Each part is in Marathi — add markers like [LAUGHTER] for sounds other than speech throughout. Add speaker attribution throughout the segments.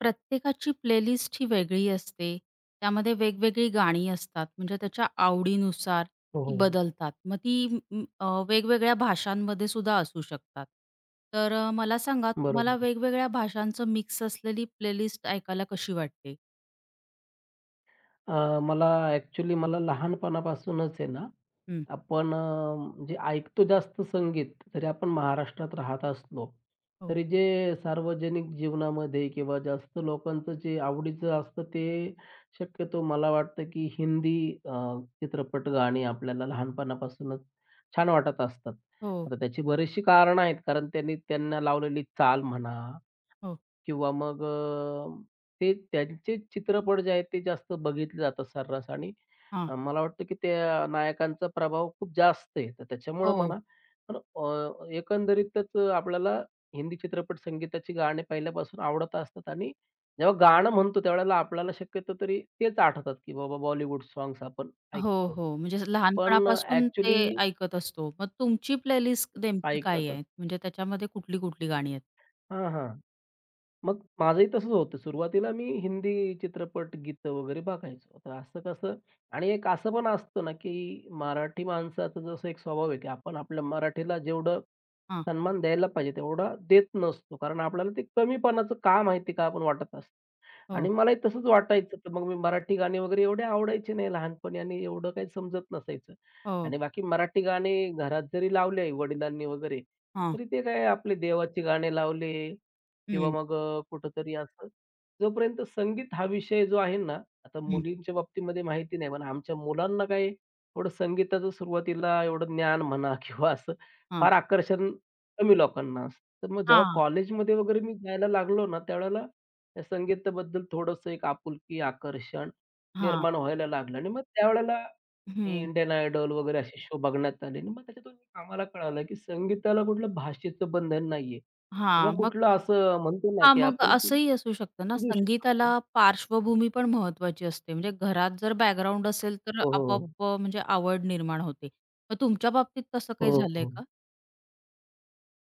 Speaker 1: प्रत्येकाची प्लेलिस्ट ही वेगळी असते. त्यामध्ये वेगवेगळी गाणी असतात. म्हणजे त्याच्या आवडीनुसार
Speaker 2: हो,
Speaker 1: ती
Speaker 2: हो.
Speaker 1: बदलतात. मग ती वेगवेगळ्या भाषांमध्ये सुद्धा असू शकतात. तर मला सांगा तुम्हाला
Speaker 2: बरोबर आहे.
Speaker 1: वेगवेगळ्या भाषांचं मिक्स असलेली प्लेलिस्ट ऐकायला कशी वाटते?
Speaker 2: मला ॲक्चुअली लहानपणापासूनच आहे ना,
Speaker 1: हं.
Speaker 2: आपण म्हणजे ऐकतो जास्त संगीत, जरी आपण महाराष्ट्रात राहत असलो,
Speaker 1: हो.
Speaker 2: तरी जे सार्वजनिक जीवनामध्ये किंवा जास्त लोकांचं जे आवडीचं असतं ते शक्यतो मला वाटतं की हिंदी अ, चित्रपट गाणी आपल्याला लहानपणापासूनच छान वाटत असतात.
Speaker 1: हो,
Speaker 2: आता त्याची बरीचशी कारणं आहेत, कारण त्यांनी त्यांना लावलेली चाल म्हणा
Speaker 1: हो.
Speaker 2: किंवा मग ते त्यांचे चित्रपट जे आहेत ते जास्त बघितले जातात सर्रास आणि
Speaker 1: हां.
Speaker 2: मला वाटतं की त्या नायकांचा प्रभाव खूप जास्त आहे. तर त्याच्यामुळं
Speaker 1: हो.
Speaker 2: म्हणा पण एकंदरीतच आपल्याला हिंदी चित्रपट संगीताची गाणी पहिल्यापासून आवडत असतात आणि जेव्हा गाणं म्हणतो त्यावेळेला आपल्याला शक्यतो तरी तेच आठवतात की बाबा बॉलिवूड सॉन्ग्स आपण
Speaker 1: हो,
Speaker 2: ऐकतो.
Speaker 1: हो. म्हणजे
Speaker 2: पण
Speaker 1: लहानपणापासून ते ऐकत असतो. मग तुमची प्लेलिस्ट नेमकी काय
Speaker 2: ऐकतच
Speaker 1: आहे? म्हणजे त्याच्यामध्ये कुठली-कुठली गाणी आहेत?
Speaker 2: हां, हां. मग माझंही तसंच होतं. सुरुवातीला मी हिंदी चित्रपट, गीतं वगैरे बघायचो. तर असं कसं आणि एक असं पण असतं ना, की मराठी माणसाचा जसं एक स्वभाव आहे, की आपण आपल्या मराठीला जेवढं
Speaker 1: हां.
Speaker 2: सन्मान द्यायला पाहिजे तेवढा देत नसतो. कारण आपल्याला ते कमीपणाचं का माहिती का आपण वाटत असतं. आणि
Speaker 1: हो,
Speaker 2: मलाही तसंच वाटायचं. तर मग मी मराठी गाणी वगैरे एवढे आवडायचे नाही लहानपणी आणि एवढं काही समजत नसायचं.
Speaker 1: हो.
Speaker 2: आणि बाकी मराठी गाणी घरात जरी लावले आई-वडिलांनी वगैरे,
Speaker 1: हां.
Speaker 2: तरी ते काय आपले देवाची गाणी लावले किंवा मग कुठेतरी असं. जोपर्यंत संगीत हा विषय जो आहे ना, आता मुलींच्या बाबतीमध्ये माहिती नाही, पण आमच्या मुलांना काय आहे, थोडं संगीताचं सुरुवातीला एवढं ज्ञान म्हणा [LAUGHS] किंवा असं
Speaker 1: हां,
Speaker 2: फार आकर्षण कमी लोकांना असतं. तर मग जेव्हा
Speaker 1: हां,
Speaker 2: कॉलेजमध्ये वगैरे मी जायला लागलो ना, त्यावेळेला त्या संगीताबद्दल थोडंसं एक आपुलकी, आकर्षण
Speaker 1: हां.
Speaker 2: निर्माण व्हायला लागलं आणि मग त्यावेळेला
Speaker 1: हं.
Speaker 2: इंडियन आयडॉल वगैरे असे शो बघण्यात आले आणि मग त्याच्यातून आम्हाला कळालं, की संगीताला कुठलं भाषेचं बंधन नाहीये. किंवा
Speaker 1: हां, मग
Speaker 2: कुठलं असं म्हणतो ना,
Speaker 1: हां,
Speaker 2: की
Speaker 1: मग
Speaker 2: आपण की
Speaker 1: असंही असू शकतं ना,
Speaker 2: देऊ
Speaker 1: संगीताला
Speaker 2: शकतो.
Speaker 1: पार्श्वभूमी पण महत्त्वाची असते. म्हणजे घरात जर बॅकग्राऊंड असेल तर
Speaker 2: हो, हो, हो.
Speaker 1: आपोआप म्हणजे आवड निर्माण होते. मग तुमच्या बाबतीत तसं काही
Speaker 2: हो,
Speaker 1: झालंय
Speaker 2: हो.
Speaker 1: का?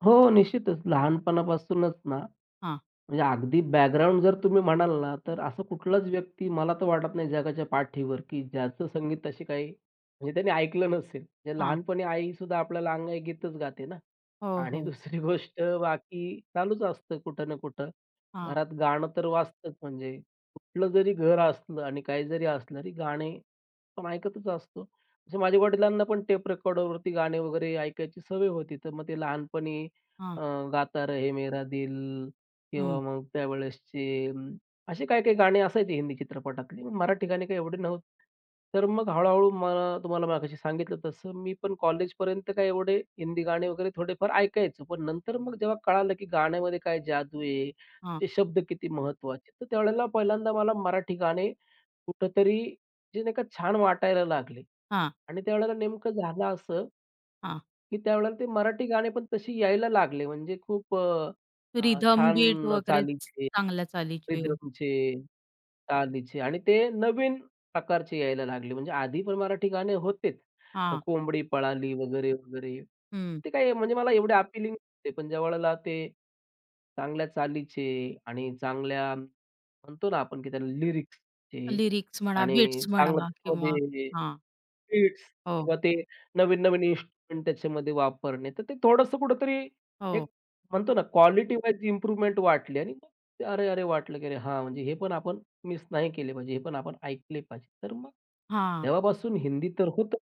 Speaker 2: हो, निश्चितच. लहानपणापासूनच ना,
Speaker 1: हां,
Speaker 2: म्हणजे अगदी बॅकग्राऊंड जर तुम्ही म्हणाल ना, तर असं कुठलाच व्यक्ती मला तर वाटत नाही जगाच्या पाठीवर, की ज्याचं संगीत अशी काही म्हणजे त्याने ऐकलं नसेल. म्हणजे
Speaker 1: हां.
Speaker 2: लहानपणी आईसुद्धा आपल्याला अंगाई गीतच गाते ना.
Speaker 1: हो,
Speaker 2: आणि
Speaker 1: हो.
Speaker 2: [LAUGHS] दुसरी गोष्ट बाकी चालूच असतं कुठं ना कुठं.
Speaker 1: हां,
Speaker 2: घरात गाणं तर वाजतंच म्हणजे कुठलं जरी घर असलं आणि काही जरी असलं तरी गाणे आपण ऐकतच असतो. म्हणजे माझ्या वडिलांना पण टेप रेकॉर्डरवरती गाणे वगैरे ऐकायची सवय होती. तर मग ते लहानपणी
Speaker 1: हां.
Speaker 2: अ, गाता रहे मेरा दिल किंवा
Speaker 1: हं.
Speaker 2: मग त्यावेळेसचे असे काही-काही गाणी असायची हिंदी चित्रपटातली. मग मराठी गाणी काही एवढी नव्हती. तर मग हळू-हळू मला तुम्हाला मगाशी सांगितलं तसं मी पण कॉलेजपर्यंत काही एवढे हिंदी गाणे वगैरे थोडेफार ऐकायचो. पण नंतर मग जेव्हा कळालं, की गाण्यामध्ये काय जादू आहे,
Speaker 1: हां,
Speaker 2: ते शब्द किती महत्त्वाचे. तर त्यावेळेला पहिल्यांदा मला मराठी गाणे कुठेतरी जे नाही का छान वाटायला लागले.
Speaker 1: हां,
Speaker 2: आणि त्यावेळेला नेमकं झालं असं,
Speaker 1: हां.
Speaker 2: की त्यावेळेला ते मराठी गाणे पण तशी यायला लागले. म्हणजे खूप अ, अ,
Speaker 1: रिधम बीट
Speaker 2: छान
Speaker 1: वगैरे
Speaker 2: चालीचे,
Speaker 1: चांगल्या चालीचे.
Speaker 2: रिदमचे, तालीचे आणि ते नवीन प्रकारचे यायला लागले. म्हणजे आधी पण मराठी गाणे होतेच.
Speaker 1: हां,
Speaker 2: कोंबडी पळाली वगैरे, वगैरे.
Speaker 1: हं.
Speaker 2: ते काही म्हणजे मला एवढे अपीलिंग नव्हते. पण ज्यावेळेला ते चांगल्या चालीचे आणि चांगल्या म्हणतो ना आपण, की त्याला लिरिक्सचे
Speaker 1: लिरिक्स म्हणा,
Speaker 2: आणि
Speaker 1: बीट्स
Speaker 2: चांगलं
Speaker 1: म्हणा किंवा
Speaker 2: त्याच्यामध्ये
Speaker 1: हां.
Speaker 2: बीट्स
Speaker 1: हो,
Speaker 2: किंवा ते नवीन-नवीन इन्स्ट्रुमेंट त्याच्यामध्ये वापरणे. तर ते थोडंसं कुठेतरी
Speaker 1: हो.
Speaker 2: एक म्हणतो ना क्वालिटी वाईज इम्प्रूव्हमेंट वाटली आणि मग ते अरे, अरे वाटलं की अरे हां, म्हणजे हे पण आपण मिस नाही केले पाहिजे. हे पण आपण ऐकले पाहिजे. तर मग
Speaker 1: हां.
Speaker 2: तेव्हापासून हिंदी तर होतं,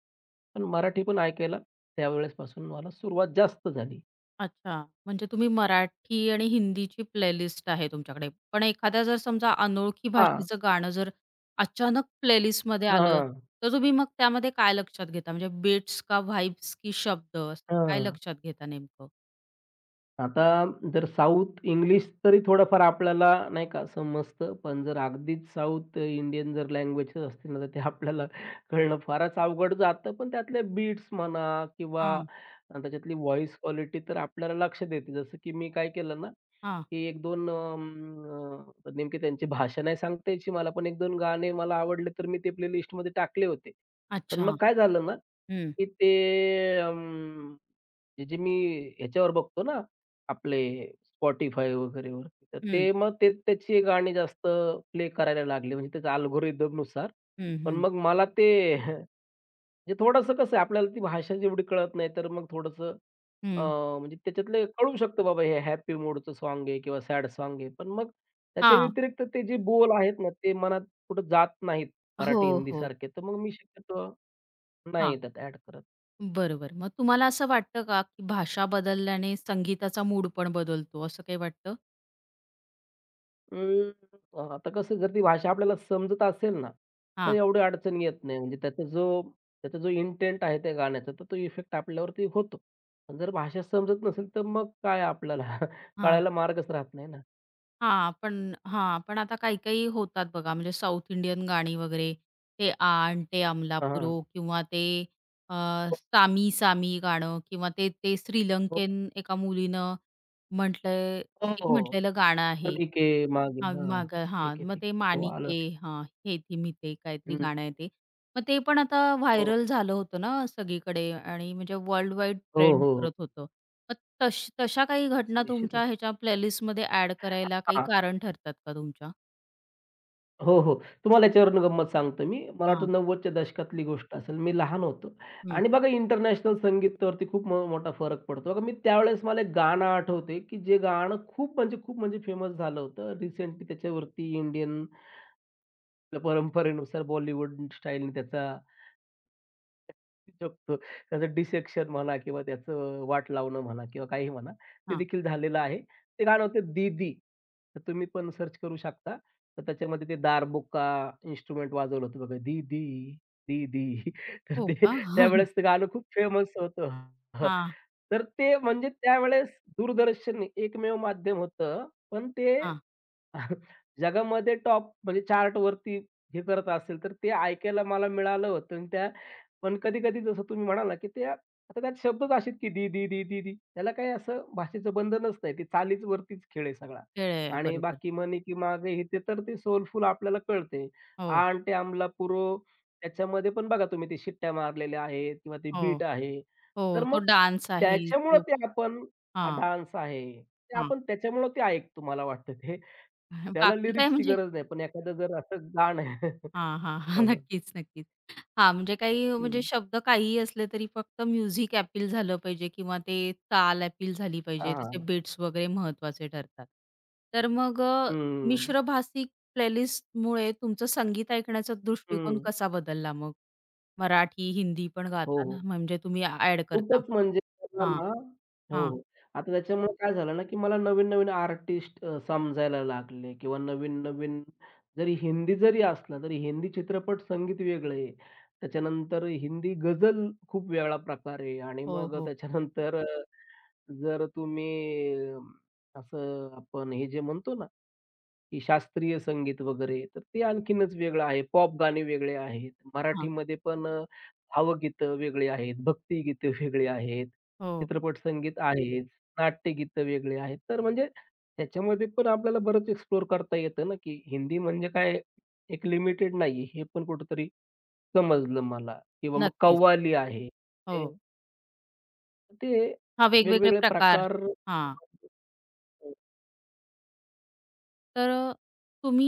Speaker 2: पण मराठी पण ऐकायला त्यावेळेसपासून मला सुरुवात जास्त झाली.
Speaker 1: अच्छा. म्हणजे तुम्ही मराठी आणि हिंदीची प्लेलिस्ट आहे तुमच्याकडे. पण एखाद्या जर समजा अनोळखी
Speaker 2: हां.
Speaker 1: भाषेचं गाणं जर अचानक प्लेलिस्टमध्ये आलं,
Speaker 2: हां,
Speaker 1: तर तुम्ही मग त्यामध्ये काय लक्षात घेता? म्हणजे बीट्स का व्हाइब्स की शब्द असं काय
Speaker 2: हां.
Speaker 1: लक्षात घेता नेमकं?
Speaker 2: आता जर साउथ इंग्लिश तरी थोडंफार आपल्याला नाही का समजतं, पण जर अगदीच साउथ इंडियन जर लँग्वेजेस असतील ना, तर ते आपल्याला कळणं फारच अवघड जातं. पण त्यातले बीट्स म्हणा किंवा
Speaker 1: हां,
Speaker 2: त्याच्यातली व्हॉईस क्वालिटी तर आपल्याला लक्षात येते. जसं की मी काय केलं ना,
Speaker 1: हां.
Speaker 2: की 1-2 नेमकी त्यांची भाषा नाही सांगता यायची मला, पण 1-2 गाणे मला आवडले, तर मी ते प्लेलिस्टमध्ये टाकले होते. पण
Speaker 1: अच्छा.
Speaker 2: मग काय झालं ना,
Speaker 1: हं,
Speaker 2: की ते अं, हे जे मी ह्याच्यावर बघतो ना आपले Spotify वगैरेवरती. तर
Speaker 1: हं,
Speaker 2: ते मग ते त्याची गाणी जास्त प्ले करायला लागले म्हणजे त्याच्या अल्गोरिदमनुसार.
Speaker 1: हं,
Speaker 2: पण
Speaker 1: हं,
Speaker 2: मग मला ते [LAUGHS] म्हणजे थोडंसं कसं आहे आपल्याला ती भाषा जेवढी कळत नाही, तर मग थोडंसं अ,
Speaker 1: हं.
Speaker 2: म्हणजे त्याच्यातले कळू शकतं बाबा हे हॅपी मूडचं सॉन्ग आहे किंवा सॅड सॉन्ग आहे. पण मग त्याच्या
Speaker 1: हां.
Speaker 2: व्यतिरिक्त ते जे बोल आहेत ना, ते मनात कुठं जात नाहीत
Speaker 1: हो,
Speaker 2: मराठी,
Speaker 1: हो.
Speaker 2: हिंदीसारखे. तर मग मी शक्यतो
Speaker 1: हां.
Speaker 2: नाही त्यात ॲड करत.
Speaker 1: बरोबर. मग तुम्हाला असं वाटतं का, की भाषा बदलल्याने संगीताचा मूड पण बदलतो असं काही वाटतं?
Speaker 2: आता कसं जर ती भाषा आपल्याला समजत असेल ना, तर
Speaker 1: हां,
Speaker 2: एवढी अडचण येत नाही. म्हणजे त्याचा जो इंटेंट आहे त्या गाण्याचा, तर तो इफेक्ट आपल्यावरती होतो. पण जर भाषा समजत नसेल, तर मग काय आपल्याला [LAUGHS] कळायला मार्गच राहत नाही ना.
Speaker 1: हां, पण हां, पण आता काही-काही होतात बघा, म्हणजे साऊथ इंडियन गाणी वगैरे, ते आण, ते अमला पुरो
Speaker 2: हां.
Speaker 1: किंवा ते अ, सामी सामी गाणं किंवा ते ते
Speaker 2: हो,
Speaker 1: श्रीलंकेन एका मुलीनं म्हटलंय
Speaker 2: हो,
Speaker 1: एक
Speaker 2: हो.
Speaker 1: म्हटलेलं गाणं आहे.
Speaker 2: चली के मागे
Speaker 1: हां,
Speaker 2: हां.
Speaker 1: माग हां,
Speaker 2: ठीक आहे,
Speaker 1: मग
Speaker 2: ठीक आहे.
Speaker 1: ते
Speaker 2: हो, आलं.
Speaker 1: माणिके हां, हे ती मी ते काहीतरी
Speaker 2: हं.
Speaker 1: गाणं आहे ते. मग ते पण आता
Speaker 2: हो.
Speaker 1: व्हायरल झालं होतं ना सगळीकडे आणि म्हणजे वर्ल्ड वाईड
Speaker 2: हो,
Speaker 1: ट्रेंड
Speaker 2: हो, हो.
Speaker 1: करत होतं. मग तशा काही घटना तुमच्या
Speaker 2: निश्चितच.
Speaker 1: ह्याच्या प्लेलिस्टमध्ये ॲड करायला काही कारण ठरतात का तुमच्या?
Speaker 2: हो, हो. तुम्हाला याच्यावरून गंमत सांगतो मी. मला
Speaker 1: हां,
Speaker 2: वाटतं 90च्या दशकातली गोष्ट असेल. मी लहान होतो
Speaker 1: हं,
Speaker 2: आणि बघा इंटरनॅशनल संगीतावरती खूप मोठा फरक पडतो. बघा मी त्यावेळेस मला एक गाणं आठवतंय, की जे गाणं खूप म्हणजे खूप म्हणजे फेमस झालं होतं. रिसेंटली त्याच्यावरती इंडियन परंपरेनुसार बॉलिवूड स्टाईलने त्याचा शकतो. त्याचं डिसेक्शन म्हणा किंवा त्याचं वाट लावणं म्हणा किंवा काहीही म्हणा, ते
Speaker 1: हां.
Speaker 2: देखील झालेलं आहे. ते गाणं होतं दीदी. तर तुम्ही पण सर्च करू शकता. तर त्याच्यामध्ये ते दारबुक्का इन्स्ट्रुमेंट वाजवलं होतं बघा, दीदी, दीदी. [LAUGHS] तर
Speaker 1: हो
Speaker 2: ते
Speaker 1: का? [LAUGHS]
Speaker 2: त्यावेळेस ते गाणं खूप फेमस होतं.
Speaker 1: हां,
Speaker 2: तर ते म्हणजे त्यावेळेस दूरदर्शन हे एकमेव माध्यम होतं. पण ते
Speaker 1: हां.
Speaker 2: [LAUGHS] जगामध्ये टॉप म्हणजे चार्टवरती हे करत असेल, तर ते ऐकायला मला मिळालं होतं आणि त्या पण कधी-कधी जसं तुम्ही म्हणाला, की त्या आता त्यात शब्दच असे की दी, दी, दी, दी, दी. त्याला काही असं भाषेचं बंधनच नाही. ते चालीच वरतीच खेळ आहे सगळा.
Speaker 1: खेळ आहे.
Speaker 2: आणि
Speaker 1: बरोबर.
Speaker 2: बाकी मने की मागे हे ते तर ते सोलफुल आपल्याला कळते.
Speaker 1: हो,
Speaker 2: आंटे आमला पुरो त्याच्यामध्ये पण बघा तुम्ही ते शिट्ट्या मारलेल्या आहेत किंवा ते
Speaker 1: हो,
Speaker 2: बीट आहे. तर
Speaker 1: हो. तो
Speaker 2: मग
Speaker 1: डान्स आहे.
Speaker 2: त्याच्यामुळं
Speaker 1: तो
Speaker 2: ते आपण
Speaker 1: हां,
Speaker 2: डान्स आहे. ते
Speaker 1: हां.
Speaker 2: आपण त्याच्यामुळं ते ऐकतो मला वाटतं ते. त्याला
Speaker 1: बाकी काय
Speaker 2: लिरिक्सची
Speaker 1: म्हणजे
Speaker 2: गरज नाही. पण एखादं जर असं गाणं [LAUGHS]
Speaker 1: हां, हां. हां.
Speaker 2: हं,
Speaker 1: [LAUGHS]
Speaker 2: हं.
Speaker 1: नक्कीच, नक्कीच. हां, म्हणजे काही
Speaker 2: हं.
Speaker 1: म्हणजे शब्द काहीही असले तरी फक्त म्युझिक अपील झालं पाहिजे किंवा ते ताल अपील झाली पाहिजे. त्याचे
Speaker 2: हां.
Speaker 1: बीट्स वगैरे महत्त्वाचे ठरतात. तर मग
Speaker 2: हं.
Speaker 1: मिश्र भाषिक प्लेलिस्टमुळे तुमचं संगीत ऐकण्याचा दृष्टिकोन
Speaker 2: हं.
Speaker 1: कसा बदलला मग? मराठी, हिंदी पण
Speaker 2: हो,
Speaker 1: गाता ना,
Speaker 2: हो.
Speaker 1: म्हणजे तुम्ही ॲड करता?
Speaker 2: खूपच म्हणजे त्याला
Speaker 1: हां,
Speaker 2: ना हो,
Speaker 1: हां.
Speaker 2: हो. आता त्याच्यामुळे काय झालं ना, की मला नवीन-नवीन आर्टिस्ट समजायला लागले किंवा नवीन-नवीन जरी हिंदी जरी असलं, तरी हिंदी चित्रपट संगीत वेगळं आहे. त्याच्यानंतर हिंदी गझल खूप वेगळा प्रकार आहे आणि
Speaker 1: हो,
Speaker 2: मग
Speaker 1: हो.
Speaker 2: त्याच्यानंतर जर तुम्ही अ, असं आपण हे जे म्हणतो ना की शास्त्रीय संगीत वगैरे, तर ते आणखीनच वेगळं आहे. पॉप गाणे वेगळे आहेत.
Speaker 1: हां.
Speaker 2: मराठीमध्ये पण भावगीतं वेगळी आहेत, भक्तिगीतं वेगळी आहेत,
Speaker 1: हो.
Speaker 2: चित्रपट संगीत आहेच, नाट्यगीतं वेगळी आहेत. तर म्हणजे त्याच्यामध्ये पण आपल्याला बरंच एक्सप्लोअर करता येतं ना, की हिंदी म्हणजे काय एक लिमिटेड नाहीये, हे पण कुठेतरी समजलं मला किंवा मग
Speaker 1: नक्कीच.
Speaker 2: कव्वाली आहे. ते
Speaker 1: हो.
Speaker 2: ते
Speaker 1: हां, वेगवेगळे
Speaker 2: वेगवेगळे
Speaker 1: प्रकार.
Speaker 2: प्रकार
Speaker 1: हां. तर तुम्ही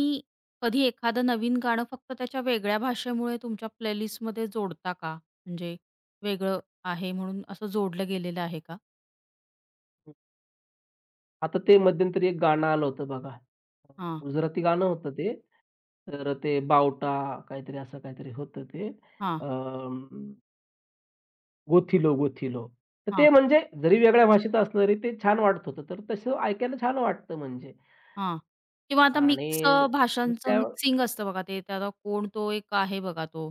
Speaker 1: कधी एखादं नवीन गाणं फक्त त्याच्या वेगळ्या भाषेमुळे तुमच्या प्लेलिस्टमध्ये जोडता का? म्हणजे वेगळं आहे म्हणून असं जोडलं गेलेलं आहे का?
Speaker 2: आता ते मध्यंतरी एक गाणं आलं होतं बघा.
Speaker 1: हां,
Speaker 2: गुजराती गाणं होतं ते. तर ते बावटा काहीतरी असं काहीतरी होतं ते.
Speaker 1: हां,
Speaker 2: अं, गोथिलो, गोथिलो. तर ते
Speaker 1: हां,
Speaker 2: म्हणजे जरी वेगळ्या भाषेत असलं तरी ते छान वाटत होतं. तर तसं ऐकायला छान वाटतं म्हणजे
Speaker 1: हां. किंवा आता
Speaker 2: आणि
Speaker 1: मिक्स
Speaker 2: मग
Speaker 1: भाषांचं
Speaker 2: त्या
Speaker 1: मिक्सिंग असतं बघा ते त्याला कोण तो एक आहे बघा तो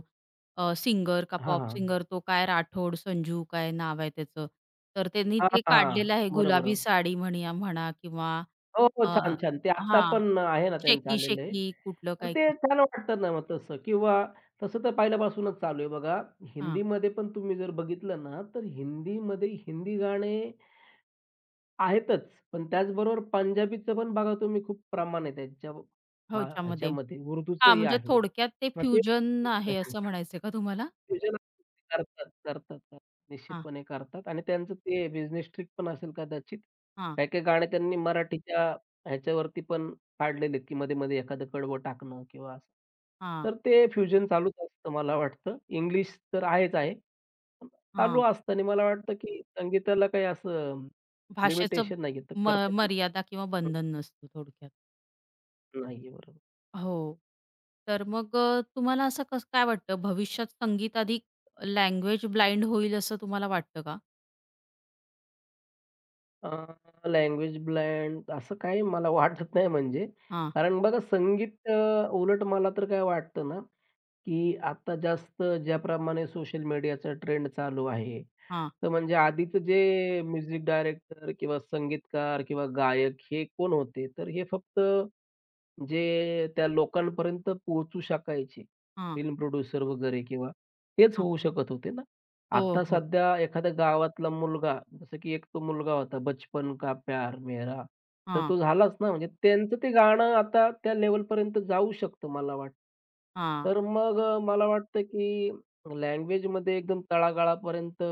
Speaker 1: सिंगर का
Speaker 2: हां,
Speaker 1: पॉप
Speaker 2: हां.
Speaker 1: सिंगर तो काय राठोड, संजू काय नाव आहे त्याचं. तर त्यांनी
Speaker 2: हां,
Speaker 1: ते
Speaker 2: हां.
Speaker 1: काढलेलं आहे
Speaker 2: बरोबर.
Speaker 1: गुलाबी साडी म्हणया म्हणा किंवा
Speaker 2: हो, हो.
Speaker 1: अ,
Speaker 2: छान, छान. ते आता
Speaker 1: हां,
Speaker 2: पण आहे ना त्यांचं
Speaker 1: शेकी
Speaker 2: आलेलं आहे.
Speaker 1: शेकी कुठलं
Speaker 2: तर
Speaker 1: काय
Speaker 2: ते छान वाटतं ना मग तसं किंवा तसं तर पहिल्यापासूनच चालू आहे बघा.
Speaker 1: हां.
Speaker 2: हिंदीमध्ये पण तुम्ही जर बघितलं ना, तर हिंदीमध्ये हिंदी गाणे आहेतच. पण त्याचबरोबर पंजाबीचं पण बघा तुम्ही खूप प्रमाण आहे त्यांच्या अ,
Speaker 1: ह्याच्यामध्ये.
Speaker 2: ह्याच्यामध्ये
Speaker 1: हां,
Speaker 2: उर्दूचंही
Speaker 1: म्हणजे
Speaker 2: आहे.
Speaker 1: थोडक्यात ते
Speaker 2: मग ते
Speaker 1: फ्युजन आहे असं
Speaker 2: [LAUGHS]
Speaker 1: म्हणायचंय का तुम्हाला?
Speaker 2: फ्युजन करतात, करतात, करतात.
Speaker 1: हां,
Speaker 2: निश्चितपणे करतात आणि त्यांचं ते बिझनेस ट्रिक पण असेल कदाचित.
Speaker 1: हां,
Speaker 2: काही-काही गाणे त्यांनी मराठीच्या ह्याच्यावरती पण काढलेले आहेत, की मध्ये-मध्ये एखादं कडवं टाकणं किंवा असं.
Speaker 1: हां,
Speaker 2: तर ते फ्युजन चालूच असतं मला वाटतं. इंग्लिश तर आहेच आहे. पण चालू
Speaker 1: हां.
Speaker 2: असतं आणि मला वाटतं, की संगीताला काही असं
Speaker 1: भाषेचं
Speaker 2: लिमिटेशन नाहीये तर
Speaker 1: म
Speaker 2: करता येईल.
Speaker 1: मर्यादा किंवा बंधन नसतं थोडक्यात.
Speaker 2: हं, नाहीये बरोबर.
Speaker 1: हो. तर मग तुम्हाला असं कसं काय वाटतं भविष्यात संगीत अधिक लँग्वेज ब्लाइंड होईल असं तुम्हाला वाटतं का?
Speaker 2: अ, लँग्वेज ब्लँड असं काही मला वाटत नाही म्हणजे
Speaker 1: हां,
Speaker 2: कारण बघा संगीत उलट मला तर काय वाटतं ना की आता जास्त ज्याप्रमाणे सोशल मीडियाचा ट्रेंड चालू आहे,
Speaker 1: हां,
Speaker 2: तर म्हणजे आधीचं जे म्युझिक डायरेक्टर किंवा संगीतकार किंवा गायक हे कोण होते? तर हे फक्त जे त्या लोकांपर्यंत पोहोचू शकायचे,
Speaker 1: हां,
Speaker 2: फिल्म प्रोड्युसर वगैरे किंवा तेच
Speaker 1: हां.
Speaker 2: होऊ शकत होते ना.
Speaker 1: हो,
Speaker 2: आता
Speaker 1: हो.
Speaker 2: सध्या एखाद्या गावातला मुलगा जसं की एक तो मुलगा होता, बचपन का प्यार मेरा, तर
Speaker 1: हां,
Speaker 2: तो झालाच ना, म्हणजे त्यांचं ते गाणं आता त्या लेव्हलपर्यंत जाऊ शकतं मला वाटतं.
Speaker 1: हां.
Speaker 2: तर मग मला वाटतं की लँग्वेजमध्ये एकदम तळागाळापर्यंत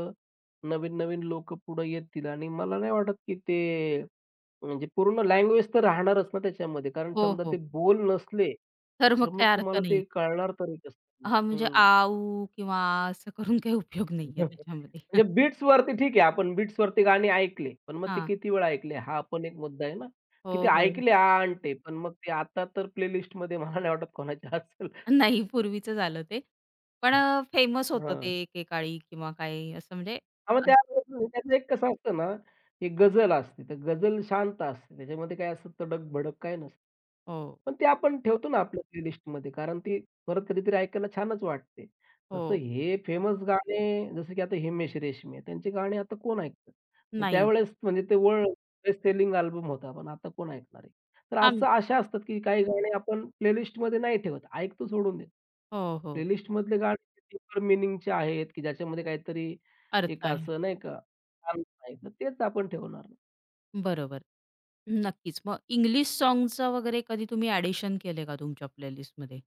Speaker 2: नवीन-नवीन लोकं पुढं येतील आणि मला नाही वाटत की ते म्हणजे पूर्ण लँग्वेज तर राहणारच ना त्याच्यामध्ये, कारण
Speaker 1: हो,
Speaker 2: समजा
Speaker 1: हो.
Speaker 2: ते बोल नसले,
Speaker 1: तर मग
Speaker 2: तर
Speaker 1: काही
Speaker 2: मग
Speaker 1: अर्थ
Speaker 2: तुम्हाला
Speaker 1: नाही.
Speaker 2: ते कळणार तरी कसं?
Speaker 1: हां, म्हणजे
Speaker 2: हं.
Speaker 1: किंवा असं करून काही उपयोग
Speaker 2: [LAUGHS]
Speaker 1: नाहीये त्याच्यामध्ये.
Speaker 2: म्हणजे
Speaker 1: [LAUGHS]
Speaker 2: बीट्सवरती ठीक आहे, आपण बीट्सवरती गाणी ऐकली. पण मग ते
Speaker 1: हां.
Speaker 2: किती वेळा ऐकले? हा पण एक मुद्दा आहे ना, की ते
Speaker 1: हो, हो.
Speaker 2: ऐकले आ ते, पण मग ते आता तर प्लेलिस्टमध्ये मला नाही वाटत कोणाच्या असेल.
Speaker 1: नाही, पूर्वीचंच आलं ते. पण फेमस होतं
Speaker 2: हां.
Speaker 1: ते एकेकाळी किंवा काही असं म्हणजे
Speaker 2: हां, मग त्यावेळेस त्याचं एक कसं असतं ना, की गझल असते. तर गझल शांत असते. त्याच्यामध्ये काय असं तडक-भडक काय नसतं.
Speaker 1: हो,
Speaker 2: पण ते आपण ठेवतो ना आपल्या प्लेलिस्टमध्ये कारण ती परत कधीतरी ऐकायला छानच वाटते. तसं
Speaker 1: हो.
Speaker 2: हे फेमस गाणे जसं की आता हिमेश रेशमिया त्यांचे गाणे आता कोण ऐकतं? म्हणजे
Speaker 1: नाही.
Speaker 2: त्यावेळेस म्हणजे ते वर्ल्ड सेलिंग अल्बम होता, पण आता कोण ऐकणार आहे? तर
Speaker 1: आम
Speaker 2: असं अशा असतात की काही गाणे आपण प्लेलिस्टमध्ये नाही ठेवत, ऐकतो सोडून देतो.
Speaker 1: हो, हो.
Speaker 2: प्लेलिस्टमधले गाणे डीपर मिनिंगचे आहेत की ज्याच्यामध्ये काहीतरी
Speaker 1: अर्थ
Speaker 2: एक
Speaker 1: आहे.
Speaker 2: असं नाही का, अर्थ आहे, तर तेच आपण ठेवणार.
Speaker 1: बरोबर. नक्कीच. मग इंग्लिश साँग्सचं वगैरे कधी तुम्ही ॲडिशन केले का तुमच्या प्लेलिस्टमध्ये?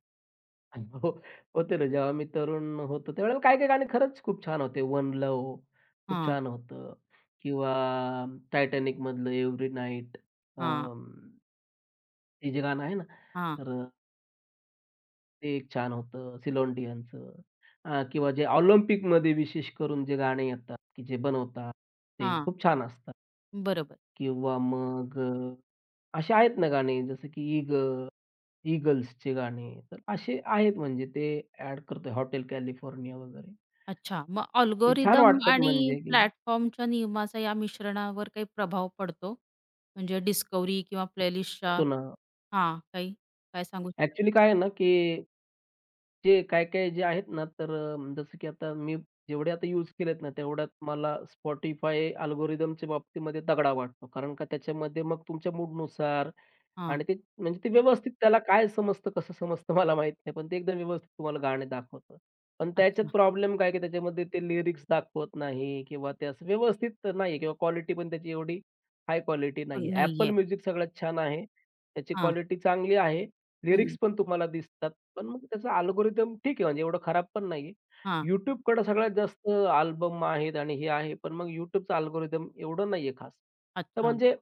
Speaker 2: आणि हो, होते ना. जेव्हा मी तरुण होतो, त्यावेळेला काही-काही गाणी खरंच खूप छान होते. वन लव्ह खूप
Speaker 1: हां,
Speaker 2: छान होतं किंवा टायटॅनिकमधलं एव्हरी नाईट
Speaker 1: हां,
Speaker 2: अं, हे जे गाणं आहे ना,
Speaker 1: हां,
Speaker 2: तर ते एक छान होतं सिलोंडियनचं किंवा जे ऑलिम्पिकमध्ये विशेष करून जे गाणे येतात, की जे बनवतात ते
Speaker 1: हां.
Speaker 2: खूप छान असतात
Speaker 1: बरोबर.
Speaker 2: किंवा मग असे आहेत ना गाणे जसं की ईगल्सचे गाणे, तर असे आहेत म्हणजे ते ॲड करतोय हॉटेल कॅलिफोर्निया वगैरे.
Speaker 1: अच्छा. मग
Speaker 2: ते छान
Speaker 1: अल्गोरिदम
Speaker 2: वाटतात
Speaker 1: आणि
Speaker 2: म्हणजे की
Speaker 1: प्लॅटफॉर्मच्या नियमाचा या मिश्रणावर काही प्रभाव पडतो? म्हणजे डिस्कव्हरी किंवा प्लेलिस्टच्या
Speaker 2: होतो ना.
Speaker 1: हां, काही? काय सांगू शकाल?
Speaker 2: ॲक्चुअली काय आहे ना, की ते काही-काही जे आहेत ना, तर जसं की आता मी जेवढे आता यूज केलेत ना, तेवढ्यात मला Spotify अल्गोरिथमच्या बाबतीमध्ये तगडा वाटतो. कारण का त्याच्यामध्ये मग तुमच्या मूडनुसार
Speaker 1: हां.
Speaker 2: आणि ते म्हणजे ते व्यवस्थित त्याला काय समजतं, कसं समजतं मला माहीत नाही. पण ते एकदम व्यवस्थित तुम्हाला गाणे दाखवतं. पण त्याच्यात
Speaker 1: अच्छा.
Speaker 2: प्रॉब्लेम काय, की त्याच्यामध्ये ते लिरिक्स दाखवत नाही किंवा ते असं व्यवस्थित तर नाही किंवा क्वालिटी पण त्याची एवढी हाय क्वालिटी नाही आहे.
Speaker 1: नाहीये.
Speaker 2: Apple सगळ्यात छान आहे. त्याची
Speaker 1: हां.
Speaker 2: क्वालिटी चांगली आहे.
Speaker 1: हं.
Speaker 2: लिरिक्स पण तुम्हाला दिसतात. पण मग त्याचा अल्गोरिदम ठीक आहे, म्हणजे एवढं खराब पण नाहीये.
Speaker 1: हां.
Speaker 2: YouTubeकडे सगळ्यात जास्त अल्बम आहेत आणि हे आहे. पण मग YouTubeचं अल्गोरिदम एवढं नाहीये खास. तर
Speaker 1: अच्छा.
Speaker 2: म्हणजे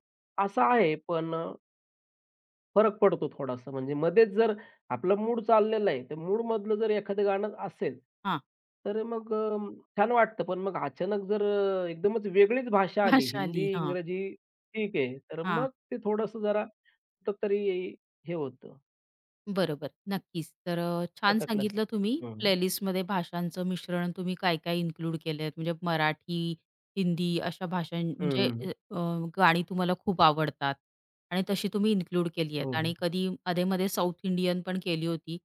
Speaker 2: असं आहे, पण फरक पडतो थोडासा. म्हणजे मध्येच जर आपला मूड चाललेला आहे, तर मूडमधलं जर एखादं गाणं असेल,
Speaker 1: हां.
Speaker 2: तर मग छान वाटतं. पण मग अचानक जर एकदमच वेगळीच भाषा आली,
Speaker 1: [LAUGHS] आली.
Speaker 2: हिंदी,
Speaker 1: हां.
Speaker 2: इंग्रजी ठीक आहे. तर
Speaker 1: हां.
Speaker 2: मग
Speaker 1: [LAUGHS]
Speaker 2: ते थोडंसं जरा कुठेतरी हे होतं,
Speaker 1: बरोबर, नक्कीच. तर छान सांगितलं
Speaker 2: अटकल्यासारखं.
Speaker 1: तुम्ही
Speaker 2: हं, हं.
Speaker 1: प्लेलिस्टमध्ये भाषांचं मिश्रण तुम्ही काय-काय इन्क्लूड केलंय म्हणजे मराठी, हिंदी अशा भाषां म्हणजे अ, अ, गाणी तुम्हाला खूप आवडतात आणि तशी तुम्ही इन्क्लूड केली
Speaker 2: हो,
Speaker 1: आहेत
Speaker 2: हो.
Speaker 1: आणि कधी अधेमध्ये साऊथ इंडियन पण केली होती.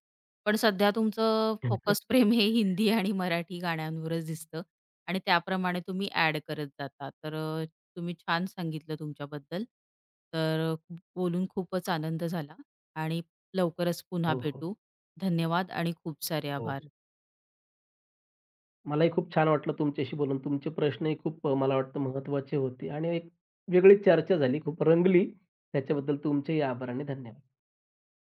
Speaker 1: पण सध्या तुमचं
Speaker 2: [LAUGHS]
Speaker 1: फोकस प्रेम हे हिंदी आणि मराठी गाण्यांवरच दिसतं आणि त्याप्रमाणे तुम्ही ॲड करत जाता. तर तुम्ही छान सांगितलं तुमच्याबद्दल. तर बोलून खूपच आनंद झाला आणि लवकरच पुन्हा
Speaker 2: हो, हो.
Speaker 1: भेटू. धन्यवाद आणि खूप सारे
Speaker 2: हो,
Speaker 1: आभार.
Speaker 2: हो. मलाही खूप छान वाटलं तुमच्याशी बोलून. तुमचे प्रश्नही खूप मला वाटतं महत्वाचे होते आणि एक वेगळी चर्चा झाली, खूप रंगली. त्याच्याबद्दल तुमचेही आभार आणि धन्यवाद.